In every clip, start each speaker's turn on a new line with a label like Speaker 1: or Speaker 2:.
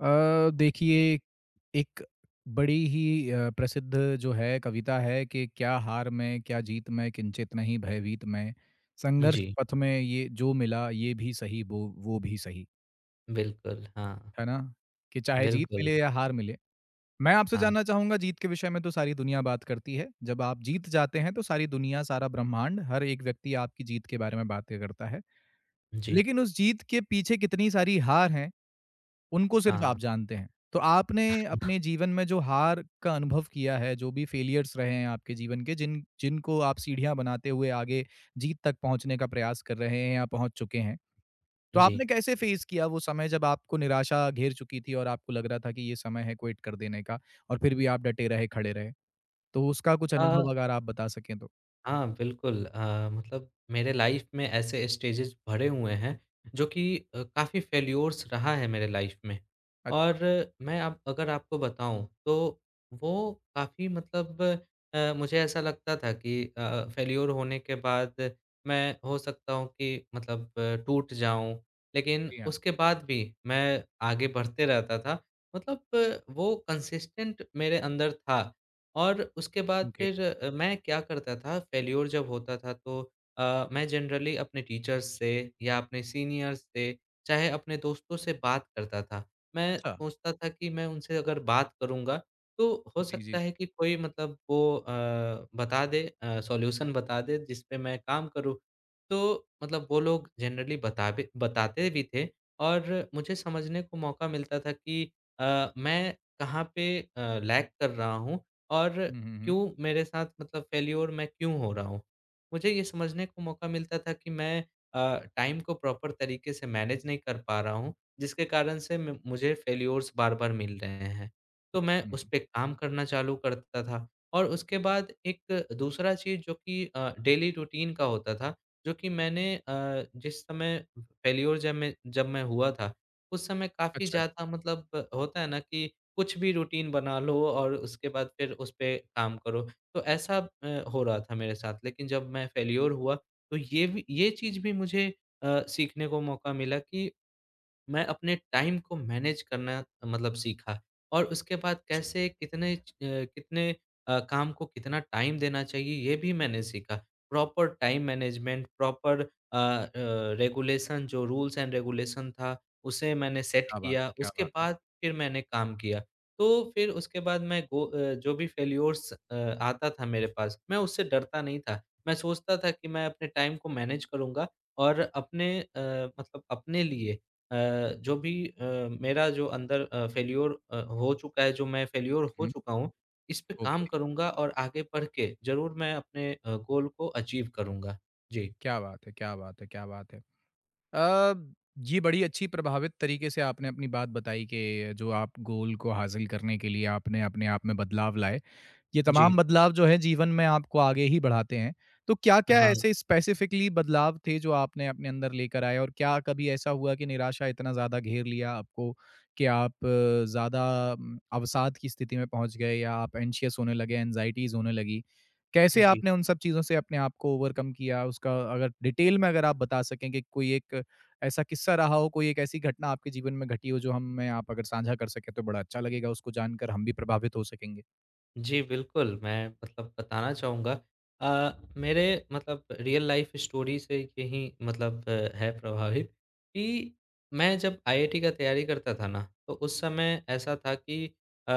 Speaker 1: देखिए एक बड़ी ही प्रसिद्ध जो है कविता है कि क्या हार में क्या जीत में किंचित नहीं भयभीत में संघर्ष
Speaker 2: जी,
Speaker 1: पथ में ये जो मिला ये भी सही वो भी सही
Speaker 2: बिल्कुल, हाँ।
Speaker 1: है ना। कि चाहे जीत
Speaker 2: बिल्कुल,
Speaker 1: मिले या हार मिले, मैं आपसे
Speaker 2: हाँ,
Speaker 1: जानना चाहूंगा जीत के विषय में तो सारी दुनिया बात करती है। जब आप जीत जाते हैं तो सारी दुनिया, सारा ब्रह्मांड, हर एक व्यक्ति आपकी जीत के बारे में बातें करता है,
Speaker 2: जी,
Speaker 1: लेकिन उस जीत के पीछे कितनी सारी हार हैं उनको सिर्फ़ आप
Speaker 2: हाँ,
Speaker 1: जानते हैं। तो आपने अपने जीवन में जो हार का अनुभव किया है, जो भी फेलियर्स रहे हैं आपके जीवन के, जिन जिनको आप सीढ़ियाँ बनाते हुए आगे जीत तक पहुँचने का प्रयास कर रहे हैं या पहुँच चुके हैं। तो
Speaker 2: जी।
Speaker 1: आपने कैसे फ़ेस किया वो समय जब आपको निराशा घेर चुकी थी और आपको लग रहा था कि ये समय है क्विट कर देने का, और फिर भी आप डटे रहे, खड़े रहे? तो उसका कुछ
Speaker 2: अ,
Speaker 1: अनुभव अगर आप बता सकें तो?
Speaker 2: हाँ, बिल्कुल मतलब मेरे लाइफ में ऐसे स्टेजेस भरे हुए हैं जो कि काफ़ी फेल्योर्स रहा है मेरे लाइफ में। और
Speaker 1: अच्छा।
Speaker 2: मैं अब अगर आपको बताऊँ तो वो काफ़ी मतलब मुझे ऐसा लगता था कि फेल्योर होने के बाद मैं हो सकता हूँ कि मतलब टूट जाऊँ। लेकिन
Speaker 1: जी हाँ।
Speaker 2: उसके बाद भी मैं आगे बढ़ते रहता था। मतलब वो कंसिस्टेंट मेरे अंदर था और उसके बाद
Speaker 1: ओके।
Speaker 2: फिर मैं क्या करता था फेल्योर जब होता था तो मैं जनरली अपने टीचर्स से या अपने सीनियर्स से चाहे अपने दोस्तों से बात करता था। मैं
Speaker 1: अच्छा।
Speaker 2: सोचता था कि मैं उनसे अगर बात करूँगा तो हो
Speaker 1: जी, जी, जी।
Speaker 2: सकता है कि कोई मतलब वो बता दे सॉल्यूशन बता दे जिस पे मैं काम करूँ। तो मतलब वो लोग जनरली बताते भी थे और मुझे समझने को मौका मिलता था कि मैं कहाँ पे लैग कर रहा हूँ और
Speaker 1: हुँ, हुँ, हुँ।
Speaker 2: क्यों मेरे साथ मतलब फेल्योर मैं क्यों हो रहा हूँ? मुझे ये समझने को मौका मिलता था कि मैं टाइम को प्रॉपर तरीके से मैनेज नहीं कर पा रहा हूँ, जिसके कारण से म मुझे फेल्योर्स बार-बार मिल रहे हैं। तो मैं
Speaker 1: हुँ,
Speaker 2: उस
Speaker 1: हुँ।
Speaker 2: पे काम करना चालू करता था और उसके बाद एक दूसरा चीज़ जो कि डेली रूटीन का होता था, जो कि मैंने जिस समय फेल्योर जब मैं हुआ था, उस समय काफ़ी
Speaker 1: अच्छा।
Speaker 2: ज़्यादा मतलब होता है ना कि कुछ भी रूटीन बना लो और उसके बाद फिर उस पे काम करो। तो ऐसा अ, हो रहा था मेरे साथ लेकिन जब मैं फेल्योर हुआ तो ये चीज़ भी मुझे सीखने को मौका मिला कि मैं अपने टाइम को मैनेज करना मतलब सीखा और उसके बाद
Speaker 1: अच्छा,
Speaker 2: कैसे कितने काम को कितना टाइम देना चाहिए ये भी मैंने सीखा। Proper time management, proper uh, regulation जो रूल्स एंड रेगुलेशन था उसे मैंने सेट
Speaker 1: क्या बात है,
Speaker 2: किया,
Speaker 1: क्या
Speaker 2: उसके
Speaker 1: बात है।
Speaker 2: बाद फिर मैंने काम किया। तो फिर उसके बाद जो भी फेल्योर्स आता था मेरे पास मैं उससे डरता नहीं था। मैं सोचता था कि मैं अपने टाइम को मैनेज करूँगा और अपने मतलब अपने लिए अ, जो भी मेरा जो अंदर फेल्योर हो चुका है, जो मैं फेल्योर
Speaker 1: हुँ,
Speaker 2: हो
Speaker 1: हुँ।
Speaker 2: चुका हूँ, इस पे
Speaker 1: ओके।
Speaker 2: काम करूँगा और आगे बढ़ के ज़रूर मैं अपने गोल को अचीव करूँगा। जी,
Speaker 1: क्या बात है! क्या बात है! क्या बात है! अ, ये बड़ी अच्छी प्रभावित तरीके से आपने अपनी बात बताई कि जो आप गोल को हासिल करने के लिए आपने अपने आप में बदलाव लाए। ये तमाम
Speaker 2: जी।
Speaker 1: बदलाव जो है जीवन में आपको आगे ही बढ़ाते हैं। तो क्या-क्या
Speaker 2: हाँ,
Speaker 1: ऐसे स्पेसिफिकली बदलाव थे जो आपने अपने अंदर लेकर आए, और क्या कभी ऐसा हुआ कि निराशा इतना ज़्यादा घेर लिया आपको कि आप ज़्यादा अवसाद की स्थिति में पहुँच गए या आप एंग्ज़ियस होने लगे, एंग्ज़ायटीज़ होने लगी? कैसे
Speaker 2: जी।
Speaker 1: आपने उन सब चीज़ों से अपने आप को ओवरकम किया? उसका अगर डिटेल में अगर आप बता सकें कि कोई एक ऐसा किस्सा रहा हो, कोई एक ऐसी घटना आपके जीवन में घटी हो जो हमें आप अगर साझा कर सकें तो बड़ा अच्छा लगेगा, उसको जानकर हम भी प्रभावित हो सकेंगे।
Speaker 2: जी, बिल्कुल, मैं मतलब बताना चाहूँगा अ, मेरे मतलब रियल लाइफ़ स्टोरी से यही मतलब है प्रभावित कि मैं जब आईआईटी का तैयारी करता था ना, तो उस समय ऐसा था कि अ,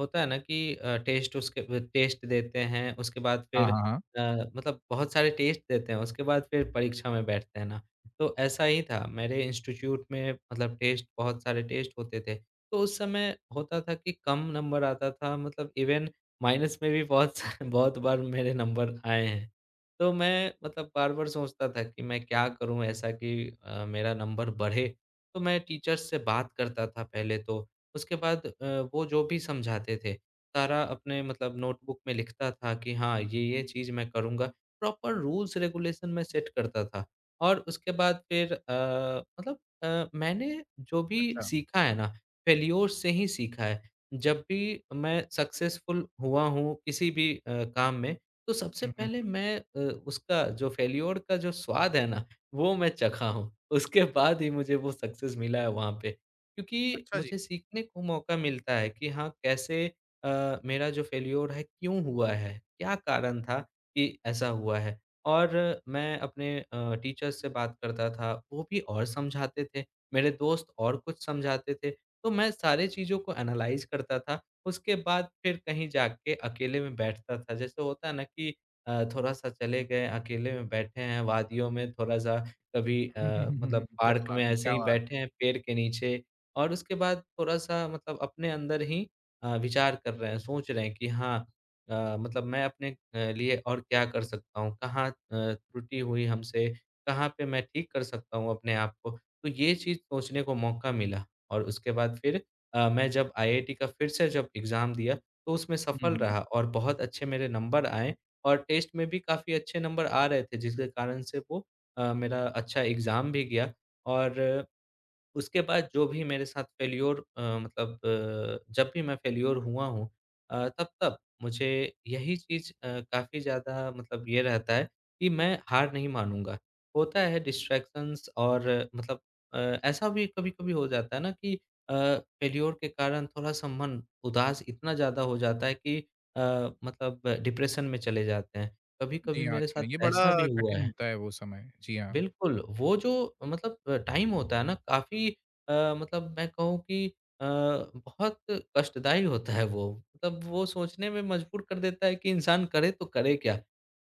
Speaker 2: होता है ना कि टेस्ट उसके ब टेस्ट देते हैं, उसके बाद
Speaker 1: हाँ,
Speaker 2: फिर
Speaker 1: हाँ, हाँ।
Speaker 2: अ, मतलब बहुत सारे टेस्ट देते हैं, उसके बाद फिर परीक्षा में बैठते हैं ना। तो ऐसा ही था, मेरे इंस्टीट्यूट में मतलब टेस्ट बहुत सारे टेस्ट होते थे। तो उस समय होता था कि कम नंबर आता था मतलब इवेन माइनस में भी बहुत स बहुत बार मेरे नंबर आए हैं। तो मैं मतलब बार-बार सोचता था कि मैं क्या करूँ ऐसा कि मेरा नंबर बढ़े? तो मैं टीचर्स से बात करता था पहले तो, उसके बाद वो जो भी समझाते थे, सारा अपने मतलब नोटबुक में लिखता था कि हाँ, ये-ये चीज़ मैं करूँगा। प्रॉपर रूल्स रेगुलेशन मैं सेट करता था और उसके बाद फिर मतलब मैंने जो भी
Speaker 1: अच्छा।
Speaker 2: सीखा है ना, फेल्योर से ही सीखा है। जब भी मैं सक्सेसफुल हुआ हूँ किसी भी काम में, तो सबसे
Speaker 1: हुँ, हुँ, हुँ।
Speaker 2: पहले मैं उसका जो फेल्योर का जो स्वाद है ना, वो मैं चखा हूँ। उसके बाद ही मुझे वो सक्सेस मिला है वहाँ पे। क्योंकि
Speaker 1: अच्छा जी।
Speaker 2: मुझे सीखने को मौका मिलता है कि हाँ, कैसे मेरा जो फेल्योर है क्यों हुआ है? क्या कारण था कि ऐसा हुआ है? और मैं अपने टीचर्स से बात करता था, वो भी और समझाते थे। मेरे दोस्त और कुछ समझाते थे। तो मैं सारी चीज़ों को एनालाइज़ करता था, उसके बाद फिर कहीं जाके अकेले में बैठता था। जैसे होता है ना कि थोड़ा-सा चले गए, अकेले में बैठे हैं वादियों में, थोड़ा-सा कभी मतलब
Speaker 1: क्या
Speaker 2: पार्क
Speaker 1: बात
Speaker 2: में
Speaker 1: है,
Speaker 2: ऐसे
Speaker 1: क्या
Speaker 2: ही
Speaker 1: बात है।
Speaker 2: बैठे हैं पेड़ के नीचे और उसके बाद थोड़ा-सा मतलब अपने अंदर ही विचार कर रहे हैं, सोच रहे हैं कि हाँ मतलब मैं अपने लिए और क्या कर सकता हूँ? कहाँ त्रुटि हुई हमसे? कहाँ पे मैं ठीक कर सकता हूँ अपने आप को? तो ये चीज़ सोचने को मौका मिला। और उसके बाद फिर मैं जब आईआईटी का फिर से जब एग्ज़ाम दिया, तो उसमें
Speaker 1: हुँ,
Speaker 2: सफल
Speaker 1: हुँ।
Speaker 2: रहा और बहुत अच्छे मेरे नंबर आए और टेस्ट में भी काफ़ी अच्छे नंबर आ रहे थे, जिसके कारण से वो मेरा अच्छा एग्ज़ाम भी गया और उसके बाद जो भी मेरे साथ फेल्योर मतलब जब भी मैं फेल्योर हुआ हूँ तब-तब मुझे यही चीज़ काफ़ी ज़्यादा मतलब ये रहता है कि मैं हार नहीं मानूँगा। होता है डिस्ट्रैक्शंस और मतलब ऐसा भी कभी-कभी हो जाता है ना कि फेल्योर के कारण थोड़ा-सा मन उदास इतना ज़्यादा हो जाता है कि अ, मतलब डिप्रेशन में चले जाते हैं।
Speaker 1: जी
Speaker 2: कभी-कभी
Speaker 1: हाँ,
Speaker 2: मेरे
Speaker 1: जी
Speaker 2: साथ
Speaker 1: हाँ। ये
Speaker 2: ऐसा भी
Speaker 1: बड़ा
Speaker 2: हुआ
Speaker 1: कठिन
Speaker 2: है।
Speaker 1: होता है वो समय। जी हाँ।
Speaker 2: बिल्कुल, वो जो मतलब टाइम होता है ना काफ़ी मतलब मैं कहूँ कि बहुत कष्टदायी होता है वो। मतलब वो सोचने में मजबूर कर देता है कि इंसान करे तो करे क्या?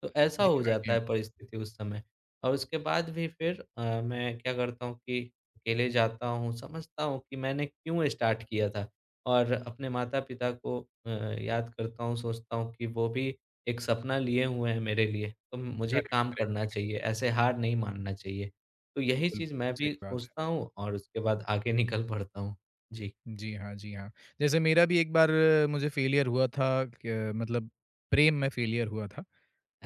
Speaker 2: तो ऐसा
Speaker 1: जी
Speaker 2: हो
Speaker 1: हाँ, जी
Speaker 2: जाता
Speaker 1: हाँ।
Speaker 2: है परिस्थिति उस समय। और उसके बाद भी फिर मैं क्या करता हूँ कि अकेले जाता हूँ, समझता हूँ कि मैंने क्यों स्टार्ट किया था और अपने माता-पिता को याद करता हूँ, सोचता हूँ कि वो भी एक सपना लिए हुए हैं मेरे लिए, तो मुझे
Speaker 1: करेक्ट,
Speaker 2: काम करना
Speaker 1: करेक्ट।
Speaker 2: चाहिए, ऐसे हार नहीं मानना चाहिए। तो यही
Speaker 1: बिल्कुल,
Speaker 2: चीज़
Speaker 1: बिल्कुल
Speaker 2: मैं
Speaker 1: सही
Speaker 2: भी
Speaker 1: बात
Speaker 2: सोचता हूँ और उसके बाद आगे निकल पड़ता हूँ। जी।
Speaker 1: है। जी हाँ, जी हाँ। जैसे मेरा भी एक बार मुझे फेलियर हुआ था, क मतलब प्रेम में फेलियर हुआ था।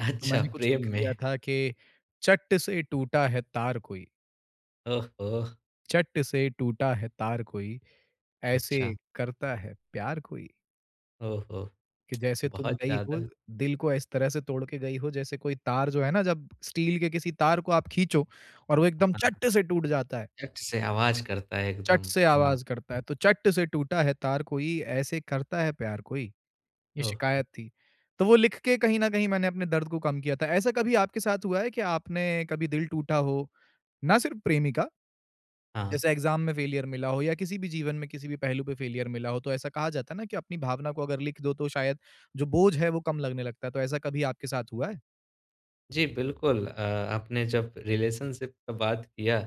Speaker 1: तो मैंने कुछ
Speaker 2: प्रेम
Speaker 1: लिख
Speaker 2: में।
Speaker 1: दिया था कि चट से टूटा है तार कोई,
Speaker 2: ओहो!
Speaker 1: चट से टूटा है तार कोई, ऐसे
Speaker 2: अच्छा।
Speaker 1: करता है प्यार कोई।
Speaker 2: ओहो!
Speaker 1: कि जैसे तुम
Speaker 2: बहुत
Speaker 1: गई हो,
Speaker 2: ज़्यादा।
Speaker 1: दिल को इस तरह से तोड़ के गई हो, जैसे कोई तार जो है ना, जब स्टील के किसी तार को आप खींचो और वो एकदम
Speaker 2: हाँ,
Speaker 1: चट से टूट जाता है,
Speaker 2: झट से आवाज़ करता है
Speaker 1: चट
Speaker 2: एकदम।
Speaker 1: से
Speaker 2: हाँ।
Speaker 1: आवाज़ करता है। तो चट से टूटा है तार कोई, ऐसे करता है प्यार कोई, ये
Speaker 2: ओहो!
Speaker 1: शिकायत थी। तो वो लिख के कहीं न कहीं मैंने अपने दर्द को कम किया था। ऐसा कभी आपके साथ हुआ है कि आपने कभी दिल टूटा हो, ना सिर्फ प्रेमी का,
Speaker 2: हाँ।
Speaker 1: जैसे एग्जाम में फेलियर मिला हो या किसी भी जीवन में किसी भी पहलू पे फेलियर मिला हो? तो ऐसा कहा जाता है ना कि अपनी भावना को अगर लिख दो तो शायद जो बोझ है वो कम लगने लगता है, तो ऐसा कभी आपके साथ हुआ है?
Speaker 2: जी, बिल्कुल आपने जब रिलेशनशिप का बात किया,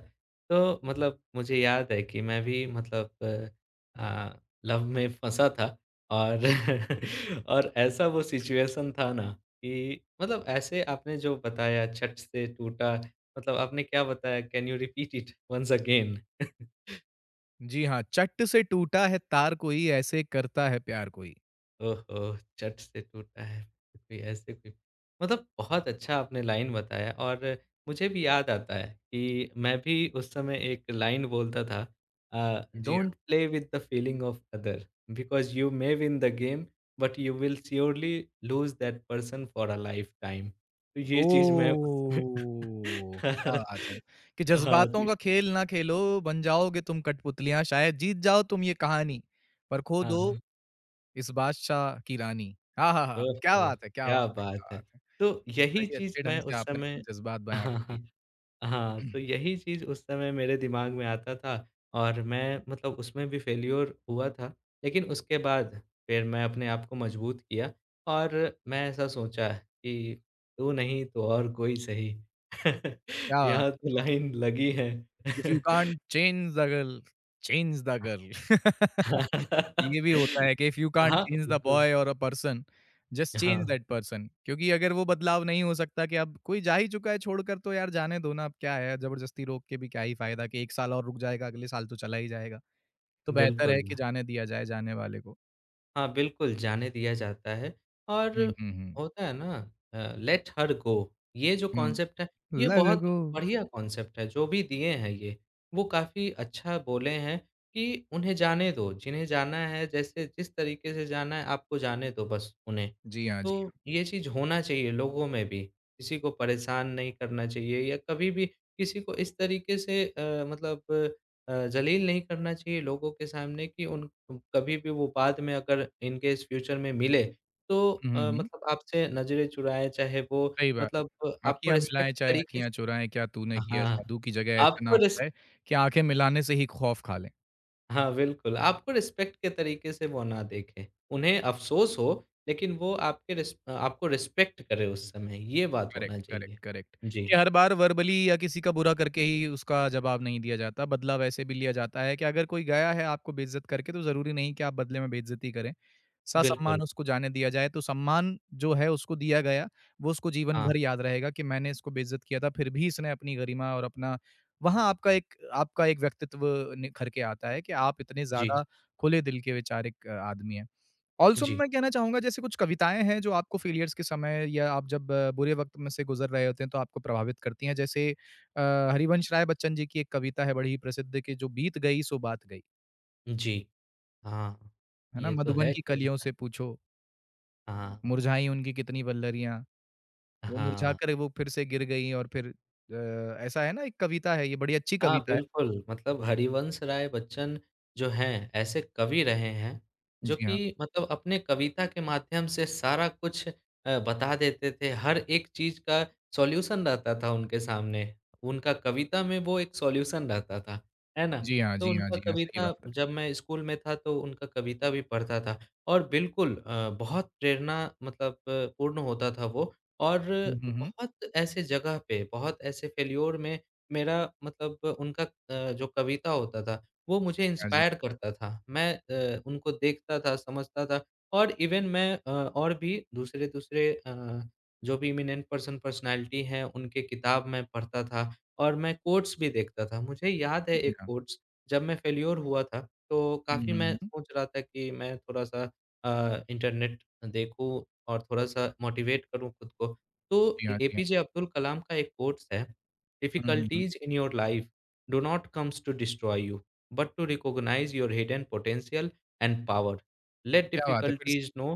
Speaker 2: तो मतलब मुझे याद है कि मैं भी मतलब अ, लव में फँसा था और और ऐसा वो सिचुएशन था ना कि मतलब ऐसे आपने जो बताया झट से टूटा, मतलब आपने क्या बताया? Can you repeat it once again?
Speaker 1: जी हाँ, चट से टूटा है तार कोई, ऐसे करता है प्यार कोई।
Speaker 2: ओहो! चट से टूटा है कोई ऐसे कोई मतलब बहुत अच्छा आपने लाइन बताया और मुझे भी याद आता है कि मैं भी उस समय एक लाइन बोलता था।
Speaker 1: जी हाँ।
Speaker 2: Don't play with the feeling of other because you may win the game but you will surely lose that person for a life time. तो ये चीज़ मैं उस समय
Speaker 1: ओह! क्या बात है। कि
Speaker 2: हाँ
Speaker 1: जज़्बातों
Speaker 2: जी।
Speaker 1: का खेल ना खेलो, बन जाओगे तुम कठपुतलियाँ, शायद जीत जाओ तुम ये कहानी, पर खो
Speaker 2: हाँ,
Speaker 1: दो
Speaker 2: हाँ।
Speaker 1: इस बादशाह की रानी। आहाहा!
Speaker 2: ओह
Speaker 1: क्या
Speaker 2: हो!
Speaker 1: बात है, क्या
Speaker 2: क्या
Speaker 1: बात है,
Speaker 2: बात
Speaker 1: क्या
Speaker 2: है!
Speaker 1: बात है।
Speaker 2: तो
Speaker 1: बड़ा
Speaker 2: यही
Speaker 1: ही
Speaker 2: चीज़
Speaker 1: अच्छे ढंग
Speaker 2: मैं
Speaker 1: से
Speaker 2: उस
Speaker 1: आपने
Speaker 2: समय
Speaker 1: अपने जज़्बात बयाँ
Speaker 2: हाँ,
Speaker 1: कर दिए।
Speaker 2: हाँ। हाँ, तो यही चीज़ उस समय मेरे दिमाग में आता था और मैं मतलब उसमें भी फेल्योर हुआ था। लेकिन उसके बाद फिर मैं अपने आप को मजबूत किया और मैं ऐसा सोचा कि तू नहीं तो और कोई सही,
Speaker 1: Yeah,
Speaker 2: यहाँ तो लाइन लगी है।
Speaker 1: if you can't change the girl, change the girl. ये भी होता है कि इफ यू कांट
Speaker 2: हाँ,
Speaker 1: चेंज द
Speaker 2: बिल्कुल।
Speaker 1: बॉय और अ पर्सन, जस्ट
Speaker 2: हाँ,
Speaker 1: चेंज दैट पर्सन क्योंकि अगर वो बदलाव नहीं हो सकता, कि अब कोई जा ही चुका है छोड़कर, तो यार जाने दो ना। अब क्या है जबरदस्ती रोक के भी, क्या ही फायदा? कि 1 साल और रुक जाएगा, अगले साल तो चला ही जाएगा। तो बेहतर है
Speaker 2: बिल्कुल।
Speaker 1: कि जाने दिया जाए जाने वाले को।
Speaker 2: हाँ, बिल्कुल, जाने दिया जाता है और
Speaker 1: हुँ, हुँ, हुँ।
Speaker 2: होता है ना लेट हर गो ये जो
Speaker 1: हुँ,
Speaker 2: कॉन्सेप्ट है, ये बहुत
Speaker 1: लगो।
Speaker 2: बढ़िया कॉन्सेप्ट है, जो भी दिए हैं ये। वो काफ़ी अच्छा बोले हैं कि उन्हें जाने दो, जिन्हें जाना है जैसे जिस तरीके से जाना है आपको जाने दो बस उन्हें।
Speaker 1: जी हाँ, जी
Speaker 2: तो
Speaker 1: हाँ।
Speaker 2: ये चीज़ होना चाहिए लोगों में भी, किसी को परेशान नहीं करना चाहिए या कभी भी किसी को इस तरीके से मतलब ज़लील नहीं करना चाहिए लोगों के सामने कि उन कभी भी वो बाद में अगर इन केस फ्यूचर में मिले, तो
Speaker 1: हुँ, हुँ, हुँ।
Speaker 2: मतलब आपसे नज़रें चुराए, चाहे वो
Speaker 1: सही बात
Speaker 2: मतलब
Speaker 1: है।
Speaker 2: आपको
Speaker 1: आँखियाँ मिलाएँ
Speaker 2: रिस्पेक्ट
Speaker 1: चाहे
Speaker 2: तरीके से
Speaker 1: आँखियाँ चुराएँ, क्या तूने किया
Speaker 2: हाँ,
Speaker 1: जादू, की जगह ऐसा ना
Speaker 2: आपको
Speaker 1: हो
Speaker 2: रिस
Speaker 1: जाए कि आँखें मिलाने से ही खौफ खा लें।
Speaker 2: हाँ, बिल्कुल, आपको रिस्पेक्ट के तरीके से वो ना देखें। उन्हें अफ़सोस हो, लेकिन वो आपके रिस आपको रिस्पेक्ट करें उस समय, ये बात होना
Speaker 1: करेक्ट, करेक्ट,
Speaker 2: चाहिए।
Speaker 1: करेक्ट।
Speaker 2: जी,
Speaker 1: कि हर बार वर्बली या किसी का बुरा करके ही उसका जवाब नहीं दिया जाता, बदला वैसे भी लिया जाता है। कि अगर कोई गया है आपको बेइज़्ज़त करके, तो ज़रूरी नहीं कि आप बदले में बेइज़्ज़ती करें। ससम्मान
Speaker 2: बिल्कुल।
Speaker 1: उसको जाने दिया जाए, तो सम्मान जो है उसको दिया गया, वो उसको जीवन
Speaker 2: हाँ,
Speaker 1: भर याद रहेगा कि मैंने इसको बेइज़्ज़त किया था, फिर भी इसने अपनी गरिमा और अपना वहाँ आपका एक व्यक्तित्व निखर के आता है कि आप इतने
Speaker 2: जी,
Speaker 1: ज़्यादा खुले दिल के वैचारिक आदमी हैं। ऑल्सो
Speaker 2: जी,
Speaker 1: मैं कहना चाहूँगा, जैसे कुछ कविताएँ हैं जो आपको फेलियर्स के समय, या आप जब बुरे वक़्त में से गुज़र रहे होते हैं तो आपको प्रभावित करती हैं। जैसे अ, हरिवंश राय बच्चन जी की एक कविता है बड़ी ही प्रसिद्ध कि जो बीत गई सो बात गई,
Speaker 2: जी। हाँ,
Speaker 1: है ना?
Speaker 2: ये तो
Speaker 1: मधुबन
Speaker 2: है
Speaker 1: की कलियों
Speaker 2: कविता।
Speaker 1: से पूछो,
Speaker 2: हाँ,
Speaker 1: मुरझाई उनकी कितनी वल्लरियाँ, वो
Speaker 2: हाँ।
Speaker 1: मुरझाकर वो फिर से गिर गईं, और फिर ऐसा है ना, एक कविता है, ये बड़ी अच्छी
Speaker 2: हाँ,
Speaker 1: कविता है।
Speaker 2: बिल्कुल, मतलब हरिवंश राय बच्चन जो हैं, ऐसे कवि रहे हैं, जो
Speaker 1: जी हाँ।
Speaker 2: कि मतलब अपने कविता के माध्यम से सारा कुछ बता देते थे, हर एक चीज़ का सॉल्यूशन रहता था उनके सामने। उनका कविता में वो एक सॉल्यूशन रहता था, है ना?
Speaker 1: जी हाँ,
Speaker 2: तो
Speaker 1: जी हाँ,
Speaker 2: उनका
Speaker 1: जी हाँ, सही
Speaker 2: कविता
Speaker 1: बात है।
Speaker 2: जब मैं स्कूल में था, तो उनका कविता भी पढ़ता था और बिल्कुल बहुत प्रेरणा मतलब पूर्ण होता था वो और
Speaker 1: हुँ, हुँ, हुँ।
Speaker 2: बहुत ऐसे जगह पे, बहुत ऐसे फेल्योर में मेरा मतलब उनका जो कविता होता था, वो मुझे
Speaker 1: जी हाँ, जी,
Speaker 2: इंस्पायर
Speaker 1: हाँ,
Speaker 2: करता था। मैं उनको देखता था, समझता था और इवेन मैं और भी दूसरे-दूसरे जो भी इमिनेंट पर्सनैलिटी हैं, उनके किताब मैं पढ़ता था और मैं कोट्स भी देखता था। मुझे याद है
Speaker 1: जी
Speaker 2: एक
Speaker 1: हाँ।
Speaker 2: कोट्स, जब मैं फेल्योर हुआ था, तो
Speaker 1: हुँ,
Speaker 2: काफ़ी
Speaker 1: हुँ,
Speaker 2: मैं
Speaker 1: हुँ।
Speaker 2: सोच रहा था कि मैं थोड़ा-सा इंटरनेट देखूँ और थोड़ा-सा मोटिवेट करूँ खुद को। तो
Speaker 1: जी हाँ, जी हाँ।
Speaker 2: एपीजे अब्दुल कलाम का एक कोट्स है।
Speaker 1: हुँ, हुँ, हुँ।
Speaker 2: Difficulties in your life do not come to destroy you, but to recognize your hidden potential and power. Let
Speaker 1: क्या बात है!
Speaker 2: difficulties know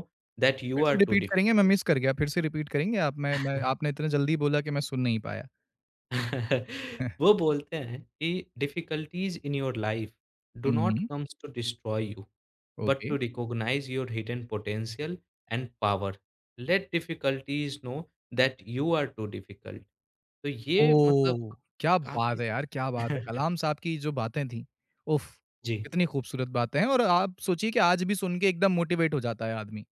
Speaker 2: that
Speaker 1: फिर
Speaker 2: you
Speaker 1: से
Speaker 2: are too
Speaker 1: रिपीट करेंगे? मैं मिस
Speaker 2: difficult.
Speaker 1: कर गया, फिर से रिपीट करेंगे आप? मैं आपने इतना जल्दी बोला कि मैं सुन नहीं पाया।
Speaker 2: वो बोलते हैं कि difficulties in your life do
Speaker 1: हुँ,
Speaker 2: नॉट
Speaker 1: हुँ।
Speaker 2: Comes to destroy you but
Speaker 1: okay.
Speaker 2: To recognise your hidden potential and power let difficulties know that you are too difficult. तो ये मतलब
Speaker 1: ओह! क्या
Speaker 2: काफी
Speaker 1: बात है यार, क्या बात है!
Speaker 2: ज्या-
Speaker 1: कलाम साहब की जो बातें थीं, उफ़!
Speaker 2: जी
Speaker 1: कितनी खूबसूरत बातें हैं, और आप सोचिए कि आज भी सुन के एकदम मोटिवेट हो जाता है आदमी।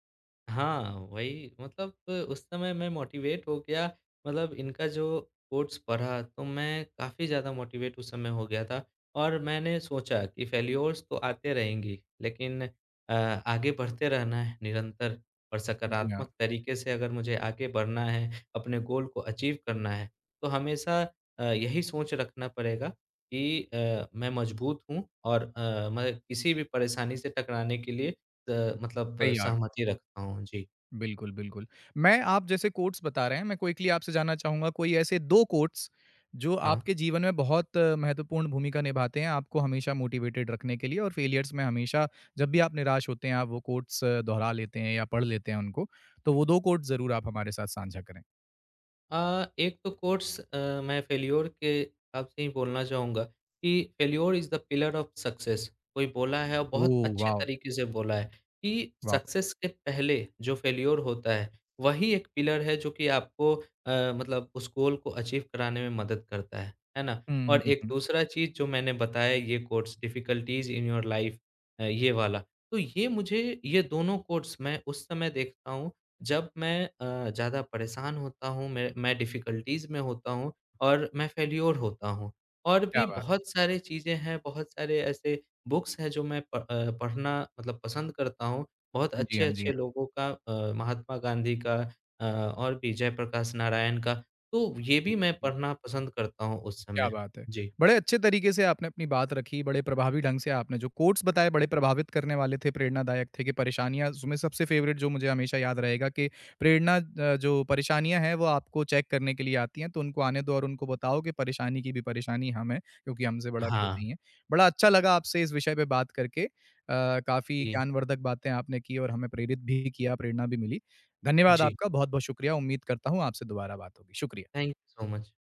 Speaker 2: हाँ, वही मतलब उस समय मैं मोटिवेट हो गया मतलब इनका जो कोट्स पढ़ा तो मैं काफ़ी ज़्यादा मोटिवेट उस समय हो गया था और मैंने सोचा कि फेल्योर्स तो आते रहेंगी लेकिन अ, आगे बढ़ते रहना है निरंतर और
Speaker 1: जी हाँ,
Speaker 2: सकारात्मक तरीके से अगर मुझे आगे बढ़ना है, अपने गोल को अचीव करना है, तो हमेशा यही सोच रखना पड़ेगा कि मैं मजबूत हूँ और मैं किसी भी परेशानी से टकराने के लिए मतलब
Speaker 1: सही यार।
Speaker 2: सहमति रखता हूँ। जी,
Speaker 1: बिल्कुल, बिल्कुल। मैं, आप जैसे कोट्स बता रहे हैं, मैं क्विकली आपसे जानना चाहूँगा कोई ऐसे 2 कोट्स जो
Speaker 2: हाँ।
Speaker 1: आपके जीवन में बहुत महत्वपूर्ण भूमिका निभाते हैं, आपको हमेशा मोटिवेटेड रखने के लिए, और फेलियर्स में हमेशा जब भी आप निराश होते हैं, आप वो कोट्स दोहरा लेते हैं या पढ़ लेते हैं उनको। तो वो 2 कोट्स ज़रूर आप हमारे साथ साझा करें।
Speaker 2: एक तो कोट्स मैं फेल्योर के हिसाब से ही बोलना चाहूँगा कि failure is the pillar of success. कोई बोला है और बहुत
Speaker 1: ओह
Speaker 2: अच्छे
Speaker 1: वाओ!
Speaker 2: तरीके से बोला है कि
Speaker 1: वाओ!
Speaker 2: सक्सेस के पहले जो फेल्योर होता है, वही एक पिलर है जो कि आपको मतलब उस गोल को अचीव कराने में मदद करता है ना?
Speaker 1: हुँ,
Speaker 2: और
Speaker 1: हुँ,
Speaker 2: एक
Speaker 1: हुँ।
Speaker 2: दूसरा चीज़ जो मैंने बताया ये quotes difficulties in your life ये वाला। तो ये मुझे ये दोनों कोट्स मैं उस समय देखता हूँ जब मैं ज़्यादा परेशान होता हूँ, मैं डिफ़िकल्टीज़ में होता हूँ और मैं फेल्योर होता हूँ। और
Speaker 1: क्या
Speaker 2: भी
Speaker 1: बात है।
Speaker 2: बहुत सारी चीज़ें हैं, बहुत सारे ऐसे बुक्स हैं जो मैं पढ़ना मतलब पसंद करता हूँ। बहुत
Speaker 1: जी हाँ, जी
Speaker 2: अच्छे-अच्छे
Speaker 1: हाँ।
Speaker 2: लोगों का महात्मा गांधी का अ, और भी जयप्रकाश नारायण का, तो ये भी मैं
Speaker 1: जी।
Speaker 2: पढ़ना पसंद करता हूँ उस
Speaker 1: क्या
Speaker 2: समय।
Speaker 1: बात है!
Speaker 2: जी।
Speaker 1: बड़े अच्छे तरीके से आपने अपनी बात रखी, बड़े प्रभावी ढंग से आपने जो कोट्स बताए बड़े प्रभावित करने वाले थे, प्रेरणादायक थे। कि परेशानियाँ, उसमें सबसे फ़ेवरेट जो मुझे हमेशा याद रहेगा कि प्रेरणा, जो परेशानियाँ हैं वो आपको चेक करने के लिए आती हैं, तो उनको आने दो और उनको बताओ कि परेशानी की भी परेशानी हम हैं, क्योंकि हमसे बड़ा कोई
Speaker 2: हाँ।
Speaker 1: नहीं है। बड़ा अच्छा लगा आपसे इस विषय पे बात करके। काफ़ी
Speaker 2: जी।
Speaker 1: ज्ञानवर्धक बातें आपने की और हमें प्रेरित भी किया, प्रेरणा भी मिली। धन्यवाद
Speaker 2: जी।
Speaker 1: आपका, बहुत-बहुत शुक्रिया। उम्मीद करता हूँ आपसे दोबारा बात होगी। शुक्रिया।
Speaker 2: Thank you so much.